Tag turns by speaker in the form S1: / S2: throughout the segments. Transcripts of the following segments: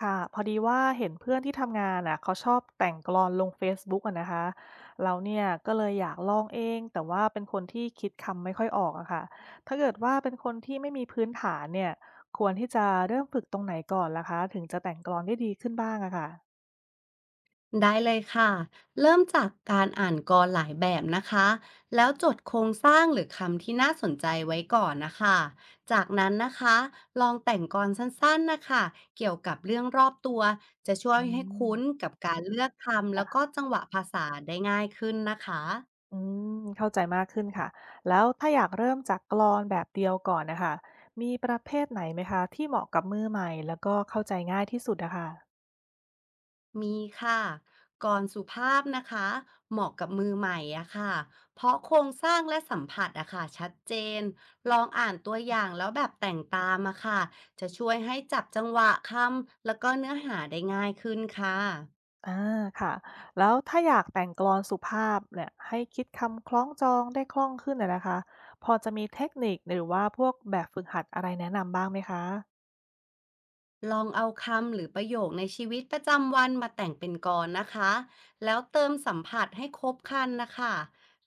S1: ค่ะพอดีว่าเห็นเพื่อนที่ทำงานน่ะเขาชอบแต่งกลอนลงเฟซบุ๊ก k อะนะคะเราเนี่ยก็เลยอยากลองเองแต่ว่าเป็นคนที่คิดคำไม่ค่อยออกอะค่ะถ้าเกิดว่าเป็นคนที่ไม่มีพื้นฐานเนี่ยควรที่จะเริ่มฝึกตรงไหนก่อนล่ะคะถึงจะแต่งกลอนได้ดีขึ้นบ้างอะค่ะ
S2: ได้เลยค่ะ เริ่มจากการอ่านกรหลายแบบนะคะ แล้วจดโครงสร้างหรือคำที่น่าสนใจไว้ก่อนนะคะ จากนั้นนะคะลองแต่งกรสั้นๆนะคะ เกี่ยวกับเรื่องรอบตัวจะช่วย
S1: อื
S2: ให้
S1: ม
S2: คุ้นกับการเลือกคำแล้วก็
S1: ค่ะ
S2: จังหวะภาษาได้ง่ายขึ้นนะคะ
S1: อืมเข้าใจมากขึ้นค่ะแล้วถ้าอยากเริ่มจากกลอนแบบเดียวก่อนนะคะมีประเภทไหนไหมคะที่เหมาะกับมือใหม่แล้วก็เข้าใจง่ายที่สุดอะค่ะ
S2: มีค่ะกรอนสุภาพนะคะ เหมาะกับมือใหม่อะค่ะเพราะโครงสร้างและสัมผัสอะค่ะชัดเจน ลองอ่านตัวอย่างแล้วแบบแต่งตามอะค่ะจะช่วยให้จับจังหวะคำแล้วก็เนื้อหาได้ง่ายขึ้นค่ะ
S1: อาค่ะแล้วถ้าอยากแต่งกลอนสุภาพเนี่ยให้คิดคำคล้องจองได้คล่องขึ้นอะนะคะพอจะมีเทคนิคหรือว่าพวกแบบฝึกหัดอะไรแนะนำบ้างไหมคะ
S2: ลองเอาคำหรือประโยคในชีวิตประจำวันมาแต่งเป็นกลอนนะคะ แล้วเติมสัมผัสให้ครบครันนะคะ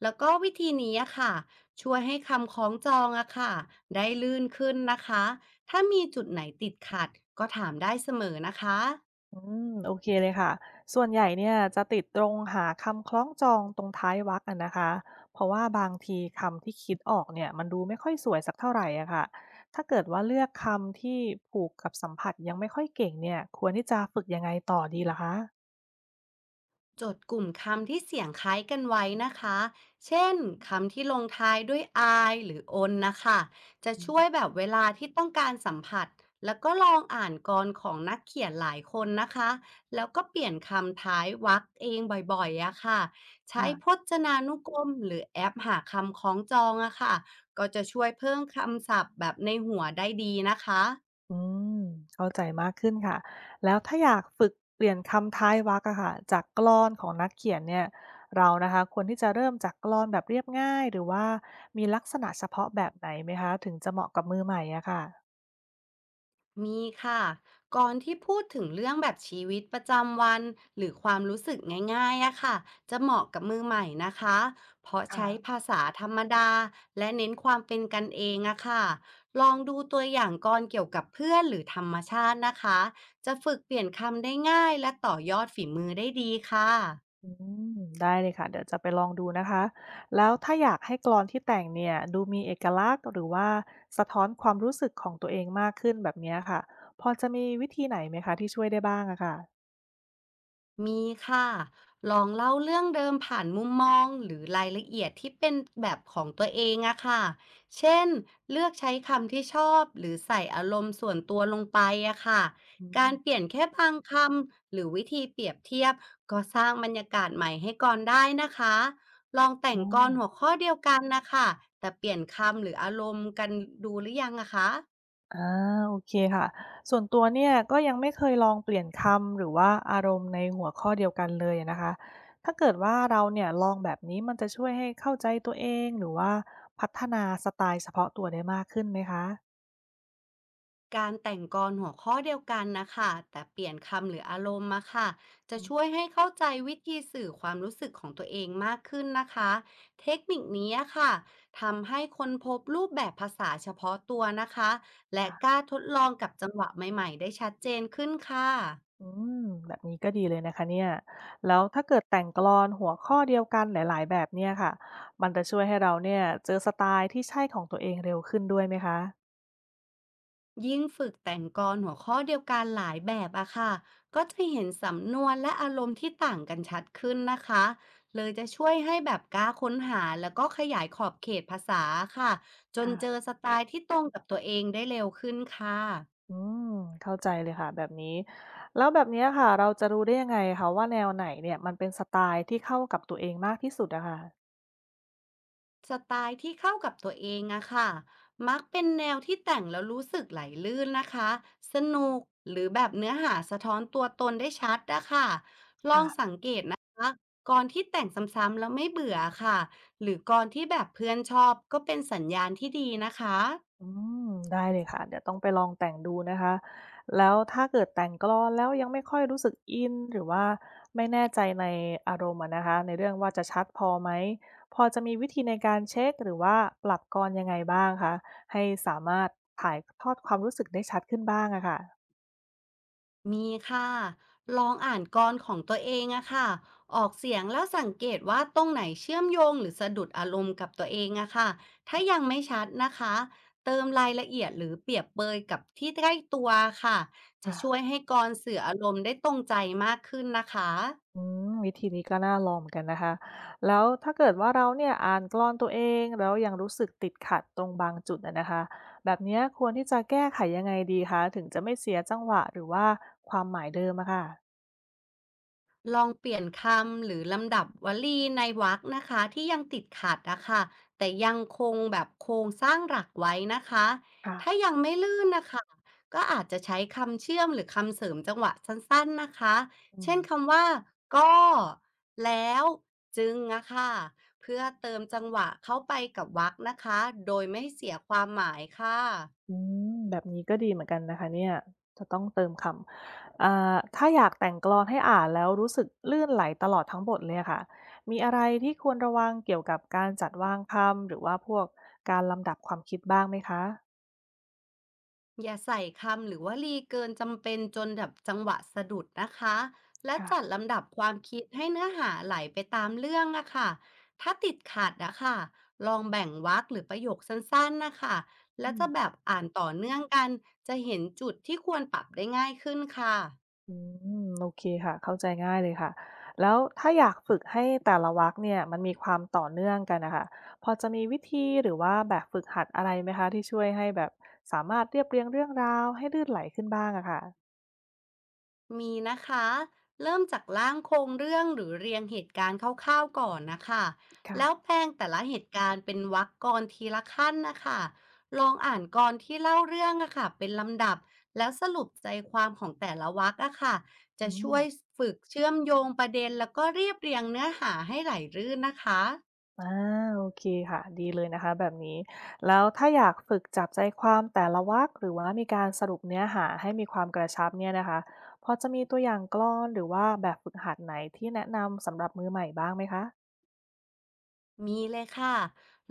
S2: แล้วก็วิธีนี้อะค่ะช่วยให้คำคล้องจองอะค่ะได้ลื่นขึ้นนะคะ ถ้ามีจุดไหนติดขัดก็ถามได้เสมอนะคะ
S1: อืมโอเคเลยค่ะส่วนใหญ่เนี่ยจะติดตรงหาคำคล้องจองตรงท้ายวรรคอะนะคะเพราะว่าบางทีคำที่คิดออกเนี่ยมันดูไม่ค่อยสวยสักเท่าไหรอะค่ะถ้าเกิดว่าเลือกคำที่ผูกกับสัมผัสยังไม่ค่อยเก่งเนี่ยควรที่จะฝึกยังไงต่อดีลหคะ
S2: จดกลุ่มคำที่เสียงคล้ายกันไว้นะคะ เช่นคำที่ลงท้ายด้วย i หรือ on นะคะ จะ
S1: อื
S2: ช่วยแบ
S1: ม
S2: บเวลาที่ต้องการสัมผัสแล้วก็ลองอ่านกรของนักเขียนหลายคนนะคะ แล้วก็เปลี่ยนคำท้ายวรรคเองบ่อยๆอะค่ะใช้พ
S1: ค่ะ
S2: จนานุกรมหรือแอปหาคำคล้องจองอะค่ะก็จะช่วยเพิ่มคำศัพท์แบบในหัวได้ดีนะคะ
S1: อืมเข้าใจมากขึ้นค่ะแล้วถ้าอยากฝึกเปลี่ยนคำท้ายวรรคอะค่ะจากกลอนของนักเขียนเนี่ยเรานะคะควรที่จะเริ่มจากกลอนแบบเรียบง่ายหรือว่ามีลักษณะเฉพาะแบบไหนไหมคะถึงจะเหมาะกับมือใหม่อะค่ะ
S2: มีค่ะก่อนที่พูดถึงเรื่องแบบชีวิตประจำวันหรือความรู้สึกง่ายๆอะค่ะจะเหมาะกับมือใหม่นะคะเพราะใช้
S1: ค่ะ
S2: ภาษาธรรมดาและเน้นความเป็นกันเองอะค่ะลองดูตัวอย่างกรเกี่ยวกับเพื่อนหรือธรรมชาตินะคะจะฝึกเปลี่ยนคำได้ง่ายและต่อยอดฝีมือได้ดีค่ะ
S1: อืมได้เลยค่ะเดี๋ยวจะไปลองดูนะคะแล้วถ้าอยากให้กลอนที่แต่งเนี่ยดูมีเอกลักษณ์หรือว่าสะท้อนความรู้สึกของตัวเองมากขึ้นแบบเนี้ยค่ะพอจะมีวิธีไหนไหมคะที่ช่วยได้บ้างอะค่ะ
S2: มีค่ะลองเล่าเรื่องเดิมผ่านมุมมองหรือรายละเอียดที่เป็นแบบของตัวเองอะค่ะเช่น เลือกใช้คำที่ชอบหรือใส่อารมณ์ส่วนตัวลงไปอะค่ะ
S1: อื
S2: การ
S1: ม
S2: เปลี่ยนแค่บางคำหรือวิธีเปรียบเทียบก็สร้างบรรยากาศใหม่ให้ก่อนได้นะคะลองแต่ง
S1: อ๋อ
S2: กลอนหัวข้อเดียวกันนะคะแต่เปลี่ยนคำหรืออารมณ์กันดูหรือยังอะคะ
S1: อาโอเคค่ะส่วนตัวเนี่ยก็ยังไม่เคยลองเปลี่ยนคำหรือว่าอารมณ์ในหัวข้อเดียวกันเลยอะนะคะถ้าเกิดว่าเราเนี่ยลองแบบนี้มันจะช่วยให้เข้าใจตัวเองหรือว่าพัฒนาสไตล์เฉพาะตัวได้มากขึ้นไหมคะ
S2: การแต่งกลอนหัวข้อเดียวกันนะคะแต่เปลี่ยนคำหรืออารมณ์มาค่ะจะ
S1: อืม
S2: ช่วยให้เข้าใจวิธีสื่อความรู้สึกของตัวเองมากขึ้นนะคะเทคนิคนี้อะค่ะทำให้คนพบรูปแบบภาษาเฉพาะตัวนะคะและก
S1: ค่ะ
S2: ล้าทดลองกับจังหวะใหม่ๆได้ชัดเจนขึ้นค่ะ
S1: อืมแบบนี้ก็ดีเลยนะคะเนี่ยแล้วถ้าเกิดแต่งกลอนหัวข้อเดียวกันหลายๆแบบเนี่ยค่ะมันจะช่วยให้เราเนี่ยเจอสไตล์ที่ใช่ของตัวเองเร็วขึ้นด้วยไหมคะ
S2: ยิ่งฝึกแต่งกลอนหัวข้อเดียวกันหลายแบบอะค่ะ ก็จะเห็นสำนวนและอารมณ์ที่ต่างกันชัดขึ้นนะคะ เลยจะช่วยให้แบบกล้าค้นหาแล้วก็ขยายขอบเขตภาษาค่ะ จน
S1: ค่ะ
S2: เจอสไตล์ที่ตรงกับตัวเองได้เร็วขึ้นค่ะ
S1: อืมเข้าใจเลยค่ะแบบนี้แล้วแบบเนี้ยค่ะเราจะรู้ได้ยังไงคะว่าแนวไหนเนี่ยมันเป็นสไตล์ที่เข้ากับตัวเองมากที่สุดอะค่ะ
S2: สไตล์ที่เข้ากับตัวเองอะค่ะมักเป็นแนวที่แต่งแล้วรู้สึกไหลลื่นนะคะ สนุกหรือแบบเนื้อหาสะท้อนตัวตนได้ชัดอะค่ะลอง
S1: ค่ะ
S2: สังเกตนะคะก่อนที่แต่งซ้ำๆแล้วไม่เบื่อค่ะ หรือก่อนที่แบบเพื่อนชอบก็เป็นสัญญาณที่ดีนะคะ
S1: อืมได้เลยค่ะเดี๋ยวต้องไปลองแต่งดูนะคะแล้วถ้าเกิดแต่งกลอนแล้วยังไม่ค่อยรู้สึกอินหรือว่าไม่แน่ใจในอารมณ์อะนะคะในเรื่องว่าจะชัดพอไหมพอจะมีวิธีในการเช็คหรือว่าปรับกลอนยังไงบ้างคะให้สามารถถ่ายทอดความรู้สึกได้ชัดขึ้นบ้างอะ
S2: มีค่ะ ลองอ่านกลของตัวเองอะค่ะออกเสียงแล้วสังเกตว่าตรงไหนเชื่อมโยงหรือสะดุดอารมณ์กับตัวเองอะค่ะถ้ายังไม่ชัดนะคะ เติมรายละเอียดหรือเปรียบเปยกับที่ใกล้ตัวค่ะ จะ
S1: ค่ะ
S2: ช่วยให้กลสื่ออารมณ์ได้ตรงใจมากขึ้นนะคะ
S1: อืมวิธีนี้ก็น่าลองเหมือนกันนะคะแล้วถ้าเกิดว่าเราเนี่ยอ่านกลอนตัวเองแล้วยังรู้สึกติดขัดตรงบางจุดนะนะคะแบบเนี้ยควรที่จะแก้ไขยังไงดีคะถึงจะไม่เสียจังหวะหรือว่าความหมายเดิมอะค่ะ
S2: ลองเปลี่ยนคำหรือลำดับวลีในวรรคนะคะที่ยังติดขัดนะคะแต่ยังคงแบบโครงสร้างหลักไว้นะคะถ้า
S1: ค่ะ
S2: ยังไม่ลื่นนะคะก็อาจจะใช้คำเชื่อมหรือคำเสริมจังหวะสั้นๆนะคะ
S1: อื
S2: เช่
S1: ม
S2: นคำว่าก็แล้วจึงอะค่ะเพื่อเติมจังหวะเข้าไปกับวรรคนะคะโดยไม่ให้เสียความหมายค่ะ
S1: อืแบบนี้ก็ดีเหมือนกันนะคะเนี่ยจะต้องเติมคำถ้าอยากแต่งกลอนให้อ่านแล้วรู้สึกลื่นไหลตลอดทั้งบทเลยอะค่ะมีอะไรที่ควรระวังเกี่ยวกับการจัดวางคำหรือว่าพวกการลำดับความคิดบ้างไหมคะ
S2: อย่าใส่คำหรือวลีเกินจำเป็นจนแบบจังหวะสะดุดนะคะและ
S1: ค่ะ
S2: จัดลำดับความคิดให้เนื้อหาไหลไปตามเรื่องอะค่ะถ้าติดขัดอะค่ะลองแบ่งวรรคหรือประโยคสั้นๆนะคะแล้
S1: อื
S2: ว
S1: ม
S2: จะแบบอ่านต่อเนื่องกันจะเห็นจุดที่ควรปรับได้ง่ายขึ้นค่ะ
S1: อืโอเคค่ะเข้าใจง่ายเลยค่ะแล้วถ้าอยากฝึกให้แต่ละวรรคเนี่ยมันมีความต่อเนื่องกันนะคะพอจะมีวิธีหรือว่าแบบฝึกหัดอะไรไหมคะที่ช่วยให้แบบสามารถเรียบเรียงเรื่องราวให้ลื่นไหลขึ้นบ้างอะค่ะ
S2: มีนะคะเริ่มจากร่างโครงเรื่องหรือเรียงเหตุการณ์คร่าวๆก่อนนะคะแล้ว
S1: ค่ะ
S2: แปลงแต่ละเหตุการณ์เป็นวรรคกรทีละขั้นนะคะลองอ่านกรที่เล่าเรื่องอะค่ะเป็นลำดับแล้วสรุปใจความของแต่ละวรรคอะค่ะจะ
S1: อืม
S2: ช่วยฝึกเชื่อมโยงประเด็นแล้วก็เรียบเรียงเนื้อหาให้ไหลลื่นนะคะ
S1: อาโอเคค่ะดีเลยนะคะแบบนี้แล้วถ้าอยากฝึกจับใจความแต่ละวรรคหรือว่ามีการสรุปเนื้อหาให้มีความกระชับเนี่ยนะคะพอจะมีตัวอย่างกลอนหรือว่าแบบฝึกหัดไหนที่แนะนำสำหรับมือใหม่บ้างไหมคะ
S2: มีเลยค่ะ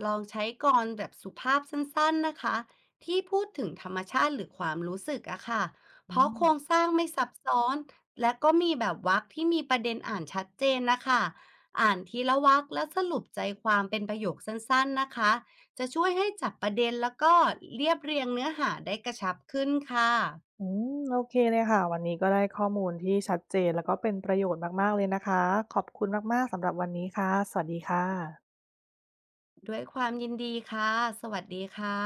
S2: ลองใช้กลอนแบบสุภาพสั้นๆนะคะที่พูดถึงธรรมชาติหรือความรู้สึกอะค่ะเพ
S1: อื
S2: ราะ
S1: ม
S2: โครงสร้างไม่ซับซ้อนและก็มีแบบวรรคที่มีประเด็นอ่านชัดเจนนะคะอ่านทีละวรรคและสรุปใจความเป็นประโยคสั้นๆนะคะจะช่วยให้จับประเด็นแล้วก็เรียบเรียงเนื้อหาได้กระชับขึ้นค่ะ
S1: โอเคเลยค่ะ วันนี้ก็ได้ข้อมูลที่ชัดเจนแล้วก็เป็นประโยชน์มากๆเลยนะคะ ขอบคุณมากๆสำหรับวันนี้ค่ะ สวัสดีค่ะ
S2: ด้วยความยินดีค่ะสวัสดีค่ะ